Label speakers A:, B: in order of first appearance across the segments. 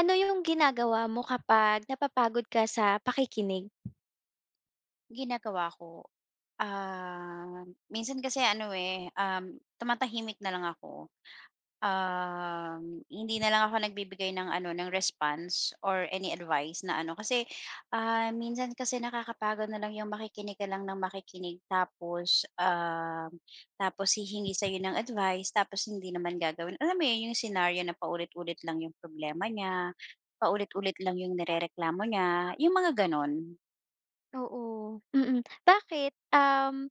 A: Ano yung ginagawa mo kapag napapagod ka sa pakikinig?
B: Ginagawa ko, ah, minsan kasi ano, eh, tumatahimik na lang ako. Hindi na lang ako nagbibigay ng ano, ng response or any advice na ano kasi, ah, minsan kasi nakakapagod na lang yung makikinig ka lang ng makikinig tapos, tapos hihingi sa'yo ng advice tapos hindi naman gagawin. Alam mo yun, yung senaryo na paulit-ulit lang yung problema niya, paulit-ulit lang yung nirereklamo niya, yung mga gano'n.
A: Oo, mm. Bakit? Um,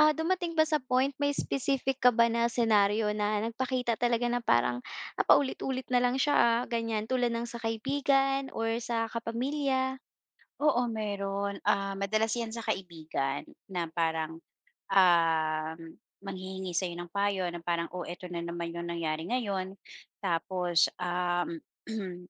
A: ah, Dumating ba sa point may specific ka ba na senaryo na nagpakita talaga na parang, paulit-ulit na lang siya, ganyan tulad ng sa kaibigan or sa kapamilya?
B: Oo, meron. Ah, madalas 'yan sa kaibigan na parang, um, manghihingi sa'yo ng payo na parang, "Oh, eto na naman yung nangyari ngayon." Tapos,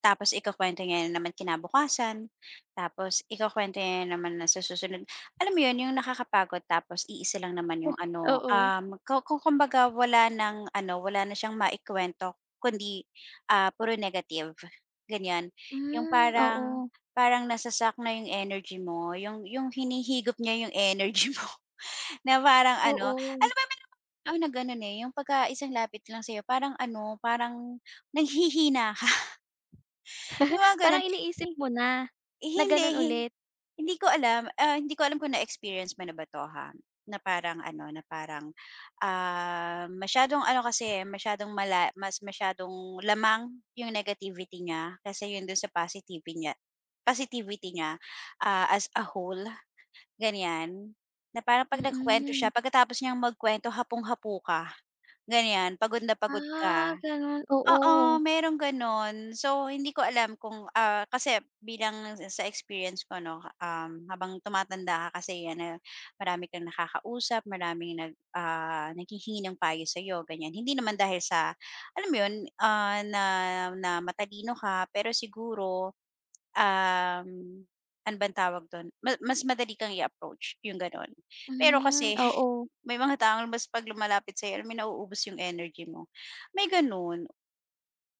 B: Tapos ikukuwento niya na naman kinabukasan, tapos ikukuwento niya naman na sa susunod, alam mo 'yun, yung nakakapagod tapos iisa lang naman yung ano,
A: Oo.
B: kung kumbaga wala ng ano, wala na siyang maikuwento kundi, ah, puro negative, ganyan. Yung
A: Hmm,
B: parang,
A: oo.
B: parang nasasak na yung energy mo, yung hinihigop niya yung energy mo. Na parang ano,
A: Oo.
B: alam mo may mga tao na gano'n, eh, yung pagka isang lapit lang sa'yo parang ano, parang nanghihina. Yung mga
A: Parang
B: gano'n. Hi
A: iniisip mo na
B: hindi,
A: gano'n
B: hin
A: ulit?
B: hindi ko alam, ah, Hindi ko alam kung na-experience mo na ba 'to, ha? Na parang ano, na parang, ah, masyadong ano kasi, masyadong mala mas masyadong lamang yung negativity niya kasi yun dun sa positivity niya, ah, as a whole, ganiyan. Na parang 'pag nagkukuwento siya,
A: Mm.
B: pagkatapos niyang magkwento hapong-hapo ka, ganiyan. Pagod na pagod
A: Ah,
B: ka.
A: gano'n, oo.
B: Oo, merong gano'n. So, hindi ko alam kung, ah, kasi bilang sa experience ko 'no, habang tumatanda ka kasi yan, na marami kang nakakausap, maraming naghihingi ng payo sa'yo, ganyan. Hindi naman dahil sa alam mo yun, ah, na na matalino ka, pero siguro, um, ano bang tawag dun, mas madali kang i-approach, yung gano'n. Pero
A: Hmm,
B: kasi
A: oo.
B: may mga taong mas 'pag lumalapit sa'yo, alam mo yun, nauubos yung energy mo, may gano'n.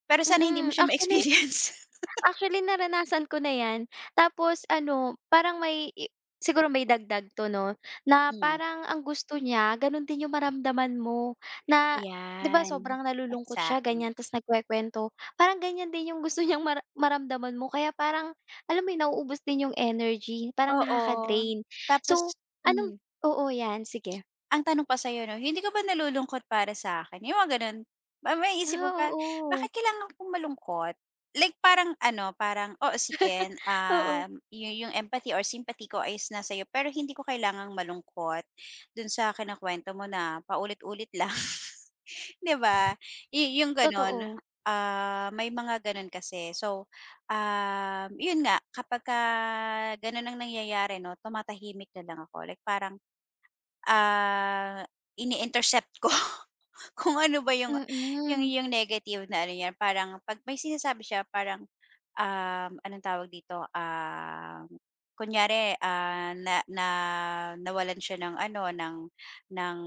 B: Pero sana hindi mo
A: Mm,
B: siya
A: actually
B: ma-experience.
A: Actually, naranasan ko na 'yan. Tapos ano, parang may i siguro may dagdag 'to 'no, na
B: Hmm,
A: parang ang gusto niya gano'n din yung maramdaman mo na 'di ba
B: ayan.
A: sobrang nalulungkot siya
B: Exactly.
A: ganyan tapos nagkukuwento, parang ganyan din yung gusto niyang maramdaman mo kaya parang alam mo yun, nauubos din yung energy, parang
B: Oo,
A: nakaka-drain.
B: tapos,
A: So, anong
B: hmm.
A: oo 'yan, sige.
B: Ang tanong pa sa'yo 'no, "Hindi ka ba nalulungkot para sa akin?" Yung mga gano'n. Maiisip mo
A: Ah,
B: pa,
A: oo.
B: bakit kailangan kong malungkot? Like parang ano, parang, oh sige,
A: Oo,
B: yung empathy or sympathy ko is na iyo, pero hindi ko kailangang malungkot dun sa kinukuwento mo na paulit-ulit lang. 'Di ba? Yung gano'n,
A: totoo.
B: ah, may mga gano'n kasi. So, 'yun nga kapag ka gano'n ang nangyayari 'no, tumatahimik na lang ako. Like parang, ah, ini-intercept ko kung ano ba yung, yung
A: Mm.
B: yung negative na ano niya, parang 'pag may sinasabi siya parang, anong tawag dito, kunyari, ah, na na nawalan siya ng ano, ng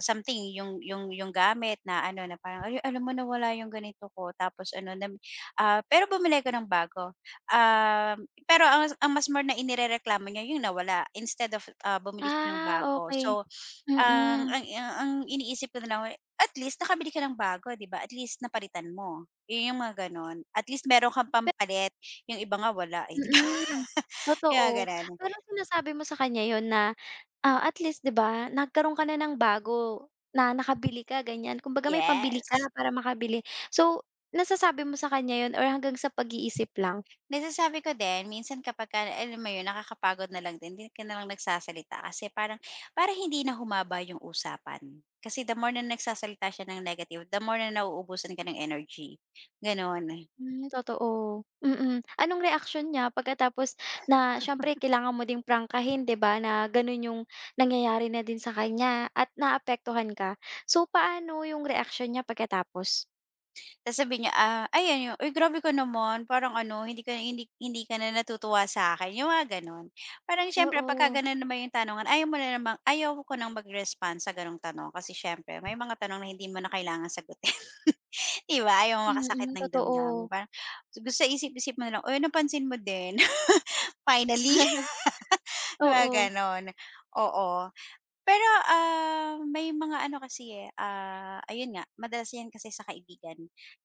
B: something, yung gamit na ano, na parang, "Ay, alam mo nawala yung ganito ko," tapos ano pero bumili ako ng bago. Um pero ang mas more na inirereklamo niya yung nawala instead of, ah, bumili siya ng
A: Ah,
B: bago.
A: okey.
B: So, ang
A: Mm.
B: ang ang ang iniisip ko na lang, at least nakabili ka ng bago, 'di ba? At least napalitan mo. Yun yung mga gano'n. At least meron kang pampalit, yung iba nga wala, eh, 'di ba?
A: Mm,
B: Yung mga
A: totoo.
B: gano'n.
A: Pero sinasabi mo sa kanya yun na, at least 'di ba nagkaroon ka na ng bago na nakabili ka ganyan, kumbaga may pambili ka
B: Yes.
A: para makabili. So, nasasabi mo sa kanya yun or hanggang sa pag-iisip lang?
B: Nasasabi ko din minsan kapagka alam mo yun nakakapagod na lang din, hindi ka na lang nagsasalita kasi parang para hindi na humaba yung usapan. Kasi the more na nagsasalita siya ng negative, the more na nauubusan ka ng energy, gano'n.
A: Hmm, totoo, mm. Anong reaksyon niya pagkatapos na siyempre kailangan mo ding prangkahin 'di ba na ganun yung nangyayari na din sa kanya at naapektuhan ka. So, paano yung reaksyon niya pagkatapos?
B: Tas sabihin niya, ah, ayan yung, "Uy grabe ka naman parang ano, hindi ka, hindi hindi ka na natutuwa sa akin." Yung mga gano'n. Parang siyempre pagka
A: Oo,
B: gano'n naman yung tanongan ayaw mo na namang ayaw ko nang mag-respond sa gano'ng tanong kasi siyempre may mga tanong na hindi mo na kailangang sagutin. 'Di ba? Ayaw mo makasakit
A: mm,
B: ng damdamin,
A: totoo.
B: parang gusto isip-isip mo na lang, "Uy, napansin mo din. Finally." Mga
A: Oo,
B: gano'n, oo. Pero, ah, may mga ano kasi, eh, ah, ayun nga, madalas 'yan kasi sa kaibigan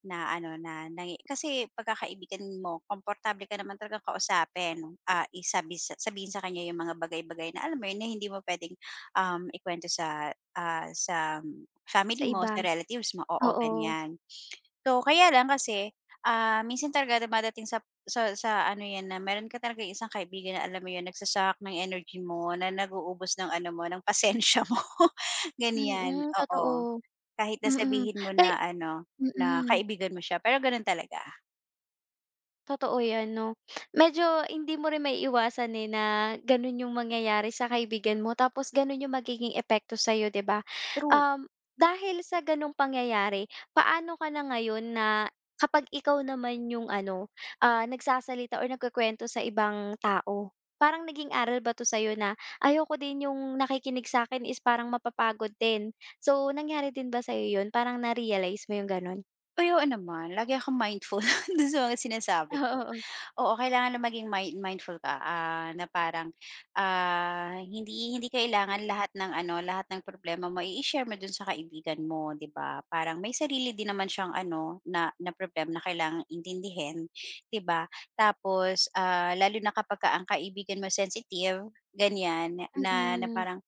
B: na ano, na kasi pagkakaibigan mo, komportable ka naman talagang kausapin, ah, isabi sa sabihin sa kanya yung mga bagay-bagay na alam mo yun, na hindi mo puwedeng, ikuwento sa, ah, sa
A: sa
B: family mo,
A: iba,
B: sa relatives mo, oo,
A: oo.
B: ganyan. So, kaya lang kasi, ah, minsan talaga dumadating sa sa ano 'yan na meron ka talaga isang kaibigan na alam mo 'yun, ng energy mo, na ng ano mo, ng pasensya mo, ganiyan,
A: Mm,
B: oo.
A: totoo,
B: Kahit na
A: mm.
B: sabihin mo
A: Kay
B: na ano, na
A: mm.
B: kaibigan mo siya, pero gano'n talaga,
A: Totoo 'yan 'no. Medyo hindi mo rin may iwasan eh, na gano'n 'yung mangyayari sa kaibigan mo tapos ganun 'yung magiging epekto sa'yo, 'di ba?
B: true.
A: Dahil sa gano'ng pangyayari, paano ka na ngayon na kapag ikaw naman 'yung ano, nagsasalita or nagkukuwento sa ibang tao? Parang naging aral ba 'to sa'yo na, "Ayoko din 'yung nakikinig sa akin is parang mapapagod din." So, nangyari din ba sa'yo 'yun? Parang na-realize mo 'yung gano'n?
B: Uy, oo naman. Lagi akong mindful do'n sa mga sinasabi
A: Oo,
B: ko.
A: oo.
B: Oo, kailangan na maging mindful ka, ah, na parang, ah, hindi hindi kailangan lahat ng ano, lahat ng problema mo i share mo do'n sa kaibigan mo, 'di ba? Parang may sarili din naman siyang ano, na na problema na kailangang intindihin, 'di ba? Tapos, ah, lalo na kapagka ang kaibigan mo sensitive, ganiyan, na na
A: Mm.
B: parang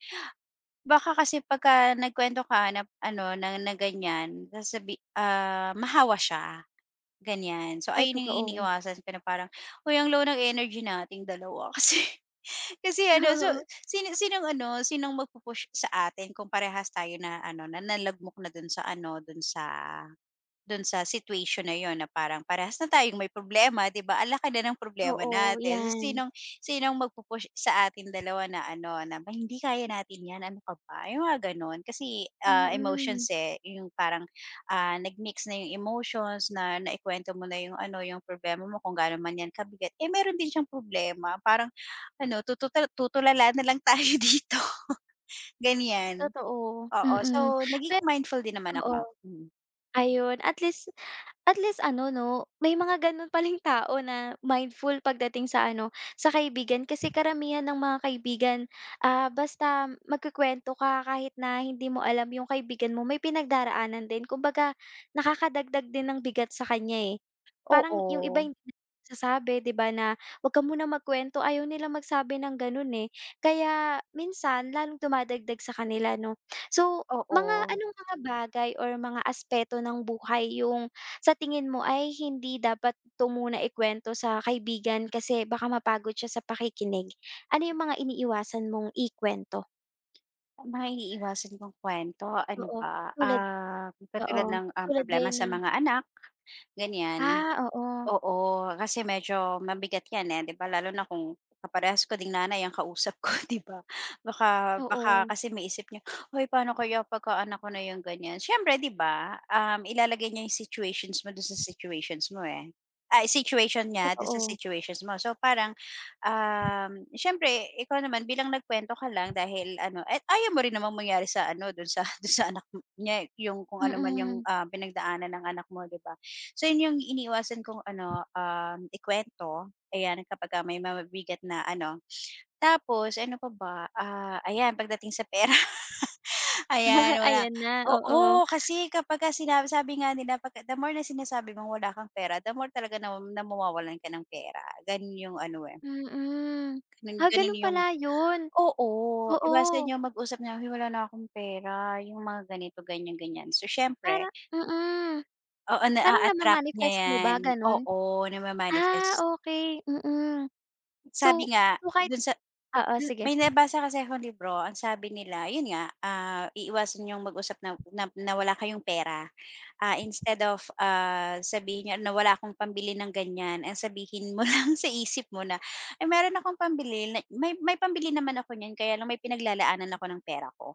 B: baka kasi pagka nagkuwento ka na ano, na na ganyan, mahawa siya, ganyan. So
A: Ay,
B: ayun yung
A: totoo.
B: iniiwasan ko na parang, "Uy, ang low ng energy nating dalawa." Kasi kasi ano, so sinong ano, sinong magpupush sa atin kung parehas tayo na ano, na nalagmok na dun sa ano, dun sa situation na yon na parang parehas na tayong may problema, 'di ba? Ala ka na ng
A: Oo,
B: problema
A: oo,
B: natin.
A: yan.
B: So, sinong sinong magpu sa atin dalawa na ano, na "Ba, hindi kaya natin 'yan, ano ka ba?" Yung mga ganun. Kasi, ah,
A: Mm.
B: emotions, eh, yung parang, ah, nag-mix na yung emotions na naikwento mo na yung ano, yung problema mo kung gaano man 'yan kabigat. Eh, meron din siyang problema. Parang ano, tututal tutulala na lang tayo dito, ganyan.
A: Totoo,
B: Oo,
A: mm.
B: so naging mindful din naman
A: Pero Oo.
B: ako. Mm.
A: Ayun, at least ano 'no, may mga gano'n palang tao na mindful pagdating sa ano, sa kaibigan kasi karamihan ng mga kaibigan, basta magkukuwento ka kahit na hindi mo alam yung kaibigan mo may pinagdaraanan din. Kumbaga nakakadagdag din ng bigat sa kanya, eh. Parang yung iba
B: Oo,
A: hindi nagsasabi 'di ba na, "Wag ka munang magkuwento." Ayaw nilang magsabi ng gano'n, eh. Kaya minsan lalong dumadagdag sa kanila 'no. So mga
B: oo.
A: anong mga bagay or mga aspeto ng buhay yung sa tingin mo ay hindi dapat 'to muna ikuwento sa kaibigan kasi baka mapagod siya sa pakikinig? Ano yung mga iniiwasan mong ikuwento?
B: Maiiwasan kong kwento ano
A: Oo,
B: ba,
A: tulad
B: ah, katulad
A: oo,
B: ng,
A: tulad ba
B: problema
A: yun
B: sa
A: ng
B: mga anak, ganyan.
A: oo,
B: Oo, kasi medyo mabigat 'yan, eh, 'di ba, lalo na kung kaparehas ko ding nanay ang kausap ko, 'di ba? Baka baka
A: oo,
B: kasi maiisip niya, "Hoy, paano kaya pagka anak ko na 'yung ganyan?" Siyempre 'di ba, ilalagay niya 'yung situations mo do'n sa situations mo, eh. Ay, situation niya do'n sa
A: totoo,
B: situations mo. So, parang, siyempre ikaw naman bilang nagkuwento ka lang dahil ano at ayaw mo rin namang mangyari sa ano do'n sa do'n sa anak niya, 'yung kung ano man 'yung,
A: mm.
B: ah, pinagdaanan ng anak mo, 'di ba? So yun yung iniiwasan kong ano, ikuwento, ayan kapagka may mabibigat na ano. Tapos ano pa ba, ah, ayan pagdating sa pera, ayan wala,
A: Ayan na, oo,
B: oo, kasi kapagka sinabi, sabi nga nila, pag the more na sinasabi mong wala kang pera, the more talaga na na mawawalan ka ng pera, ganun yung ano, eh,
A: mm.
B: ganun
A: Ah,
B: ganun
A: ganun
B: yung,
A: pala yun,
B: oo, iwasan
A: oo,
B: yung mag-usap na, "Uy, wala na akong pera," yung mga ganito, ganyan, ganyan. So
A: para
B: siyempre.
A: mm.
B: Oo,
A: Parang
B: attract niya
A: nama-manifest mo
B: 'yan.
A: ba ganun?
B: Oo,
A: Ah,
B: nama-manifest.
A: okey, mm. So
B: Sabi nga
A: so
B: dun sa,
A: oo, sige.
B: may nabasa kasi akong libro, ang sabi nila, 'yun nga, ah, iiwasan yung mag-usap na na na wala kayong pera. Ah, instead of, ah, sabihin niyo na wala akong pambili ng ganyan, ang sabihin mo lang sa isip mo na, "Ay, meron akong pambili, na may pambili naman ako niyan kaya lang may pinaglalaanan ako ng pera ko."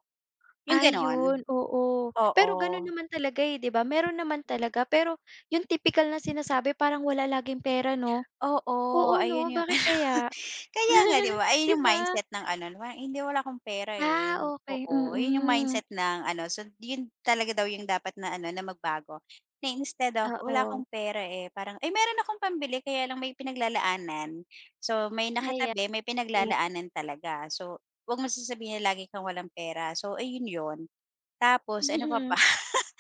B: 'Yung gano'n,
A: Ayun, oo.
B: oo.
A: Pero gano'n naman talaga, eh, 'di ba? Meron naman talaga, pero yung tipikal na sinasabi parang wala laging pera 'no?
B: Oo,
A: Oo 'no,
B: ayun yung
A: bakit
B: ano,
A: kaya?
B: kaya nga 'di ba,
A: 'Di
B: ayun yung
A: ba?
B: mindset ng ano na parang, "Eh, hindi, wala akong pera,
A: Ah,
B: eh."
A: okey,
B: Oo, yun yung
A: mm.
B: mindset ng ano, so yun talaga daw yung dapat na ano, na magbago, na instead of, "Wala akong
A: Oo,
B: pera, eh." Parang, "Ay, meron akong pambili kaya lang may pinaglalaanan." So may
A: ayan.
B: nakatabi, may pinaglalaanan talaga. So 'wag mo sasabihin na lagi kang walang pera. So ayun yun. Tapos ano pa
A: Mm.
B: ba?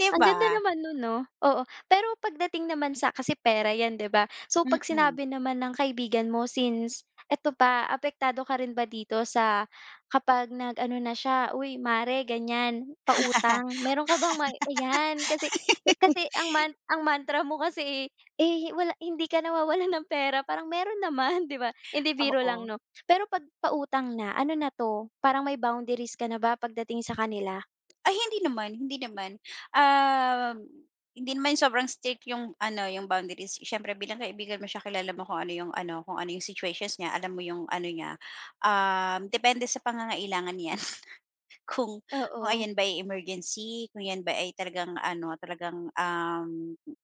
B: 'Di
A: Ang ganda
B: ba?
A: naman nun 'no, oo. Pero pagdating naman sa kasi pera 'yan 'di ba? So 'pag
B: Mm.
A: sinabi naman ng kaibigan mo since eto pa, apektado ka rin ba dito sa kapag nag-ano na siya, "Uy mare ganyan, pautang." Meron ka bang may ayan kasi kasi ang mantra mo kasi, eh, wala hindi ka nawawalan ng pera parang meron naman 'di ba? Hindi biro
B: Oo.
A: lang 'no. Pero 'pag pautang na, ano na 'to, parang may boundaries ka na ba pagdating sa kanila?
B: Ay hindi naman, hindi naman. Um, hindi naman sobrang strict yung ano, yung boundaries. Siyempre bilang kaibigan mo siya, kilala mo kung ano yung ano, kung ano yung situations niya, alam mo yung ano niya. Depende sa pangangailangan 'yan, kung kung
A: Oo.
B: ayan ba ay emergency, kung 'yan ba ay talagang ano, talagang,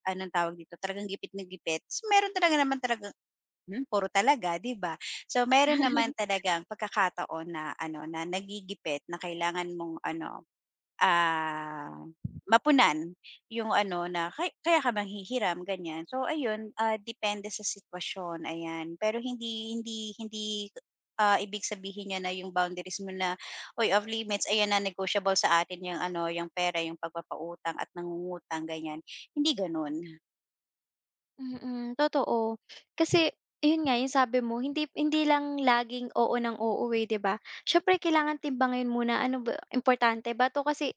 B: anong tawag dito, talagang gipit na gipit. So, meron talaga naman talagang, puro talaga, 'di ba? So, meron naman talagang pagkakataon na ano, na nagigipit na kailangan mong ano. Ah, mapunan yung ano na kay kaya ka manghihiram, ganyan. So ayun, ah, depende sa sitwasyon, ayan. Pero hindi hindi hindi, ah, ibig sabihin niya na yung boundaries mo na, "Uy, off limits, ayan na negotiable sa atin yung ano, yung pera, yung pagpapautang at nangungutang," ganyan. Hindi gano'n.
A: Mm, totoo. Kasi yun nga, yung sabi mo hindi hindi lang laging oo ng oo, eh, 'di ba? Siyempre kailangan timbangin muna ano ba importante ba 'to kasi,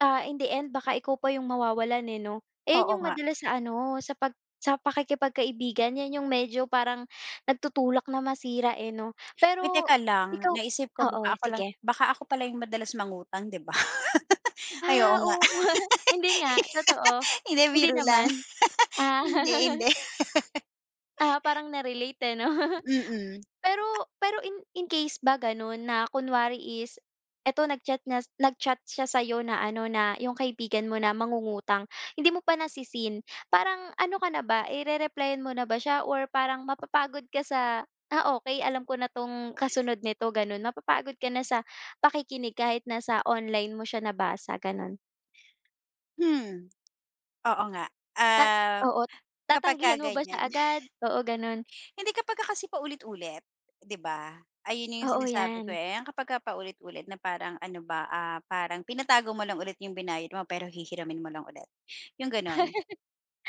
A: in the end baka ikaw pa yung mawawalan, eh, 'no?
B: Oo
A: Ayan yung
B: nga.
A: madalas sa ano, sa pakikipagkaibigan yan yung medyo parang nagtutulak na masira, eh, 'no?
B: Uy,
A: Pero
B: teka lang,
A: ikaw
B: naisip ko
A: Oo,
B: baka ako lang,
A: sige.
B: baka ako pala yung madalas mangutang, 'di ba? Ay,
A: Ah,
B: oo nga.
A: oo hindi nga, totoo.
B: Hindi,
A: Hindi
B: biro lang.
A: naman? Ah,
B: Hindi, hindi.
A: parang na-relate, eh, 'no?
B: Mm.
A: Pero pero in case ba gano'n na kunwari is eto nag-chat siya sa'yo na ano, na yung kaibigan mo na mangungutang, hindi mo pa parang ano ka na ba, mo na ba siya or parang mapapagod ka sa, "Ah, okay, alam ko na 'tong kasunod nito," gano'n? Mapapagod ka na sa pakikinig kahit nasa online mo siya nabasa, gano'n?
B: Hmm, oo nga.
A: Ta
B: Ah,
A: Oo,
B: kapagka
A: tatanggihan mo ba siya
B: ganyan
A: agad? Oo, gano'n.
B: hindi, kapagka kasi paulit-ulit, 'di ba? Ayun yung
A: Oo,
B: sinasabi ko,
A: 'yan.
B: eh, ang kapagka paulit-ulit na parang ano ba, ah, parang pinatago mo lang ulit yung binayad mo pero hihiramin mo lang ulit, yung gano'n.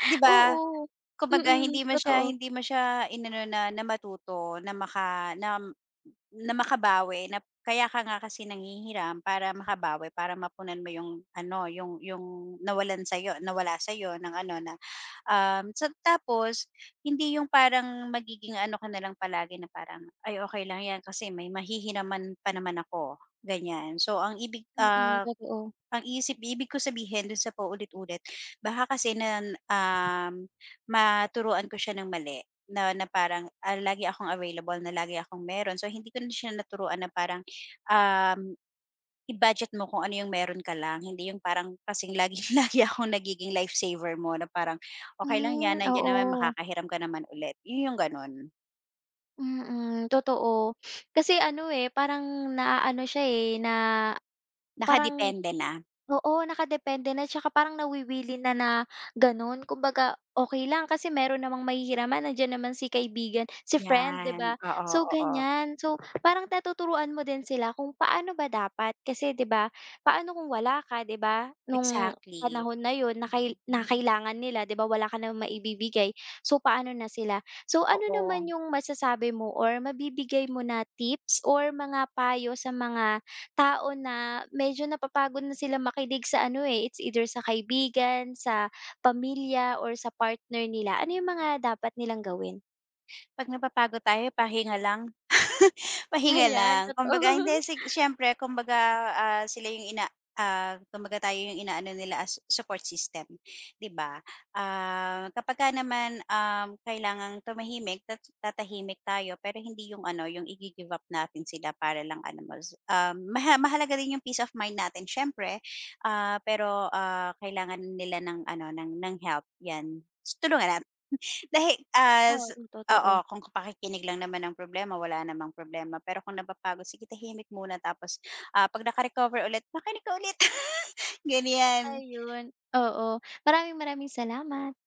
B: 'Di ba?
A: Oo.
B: Kumbaga
A: Mm,
B: hindi mo siya
A: totoo.
B: hindi mo siya inano na na matuto, na maka na na makabawi, na kaya ka nga kasi nanghihiram para makabawi, para mapunan mo yung ano, yung nawalan sa'yo, nawala sa'yo ng ano na, sa tapos hindi yung parang magiging ano ka na lang palagi na parang, "Ay okey lang 'yan kasi may mahihiraman pa naman ako," ganyan. So ang ibig,
A: Mm,
B: ah,
A: totoo.
B: ang isip ibig ko sabihin dun sa paulit-ulit baka kasi na, um, maturuan ko siya ng mali. Na na parang, ah, lagi akong available, na lagi akong meron. So hindi ko na siya naturuan na parang, um, i-budget mo kung ano yung meron ka lang. Hindi yung parang kasing laging lagi akong nagiging lifesaver mo na parang, "Okay lang
A: Hmm,
B: 'yan, nandiyan naman,
A: oo.
B: makakahiram ka naman ulit." Yun yung gano'n.
A: Mm, totoo. Kasi ano, eh, parang naaano siya, eh, na. Parang
B: Nakadepende na.
A: oo, nakadepende na tsaka parang nawiwili na na gano'n. Kumbaga, okey lang kasi meron namang mahihiraman, nandiyan naman si kaibigan si friend, 'di
B: 'Yan,
A: ba?
B: oo,
A: So,
B: oo. Oo.
A: ganyan. So, parang natuturuan mo din sila kung paano ba dapat kasi, 'di ba, paano kung wala ka, 'di ba, nung
B: Exactly,
A: panahon na 'yun na kailangan nila, 'di ba, wala ka namang maibibigay. So, paano na sila? So, ano
B: oo.
A: naman yung masasabi mo or mabibigay mo na tips or mga payo sa mga tao na medyo napapagod na sila makinig sa ano, eh, it's either sa kaibigan, sa pamilya, or sa partner nila. Ano yung mga dapat nilang gawin?
B: 'Pag napapagod tayo pahinga lang. Pahinga
A: Ayan,
B: lang.
A: totoo.
B: Kumbaga hindi, siyempre kumbaga, ah, sila yung kumbaga tayo yung inaano nila as support system, 'di ba? Ah, kapagka naman, kailangang tumahimik, tatahimik tayo pero hindi yung ano, yung i give up natin sila para lang ano mas, mahalaga din yung peace of mind natin siyempre, ah, pero, ah, kailangan nila ng ano, ng help, 'yan. Tulungan dahil as,
A: Oo,
B: oo,
A: totoo.
B: kung pakikinig lang naman ang problema, wala namang problema. Pero kung napapagod, sige tahimik muna tapos, ah, 'pag naka-recover ulit, makinig ka ulit, ganyan.
A: Ayun, oo. Maraming maraming salamat.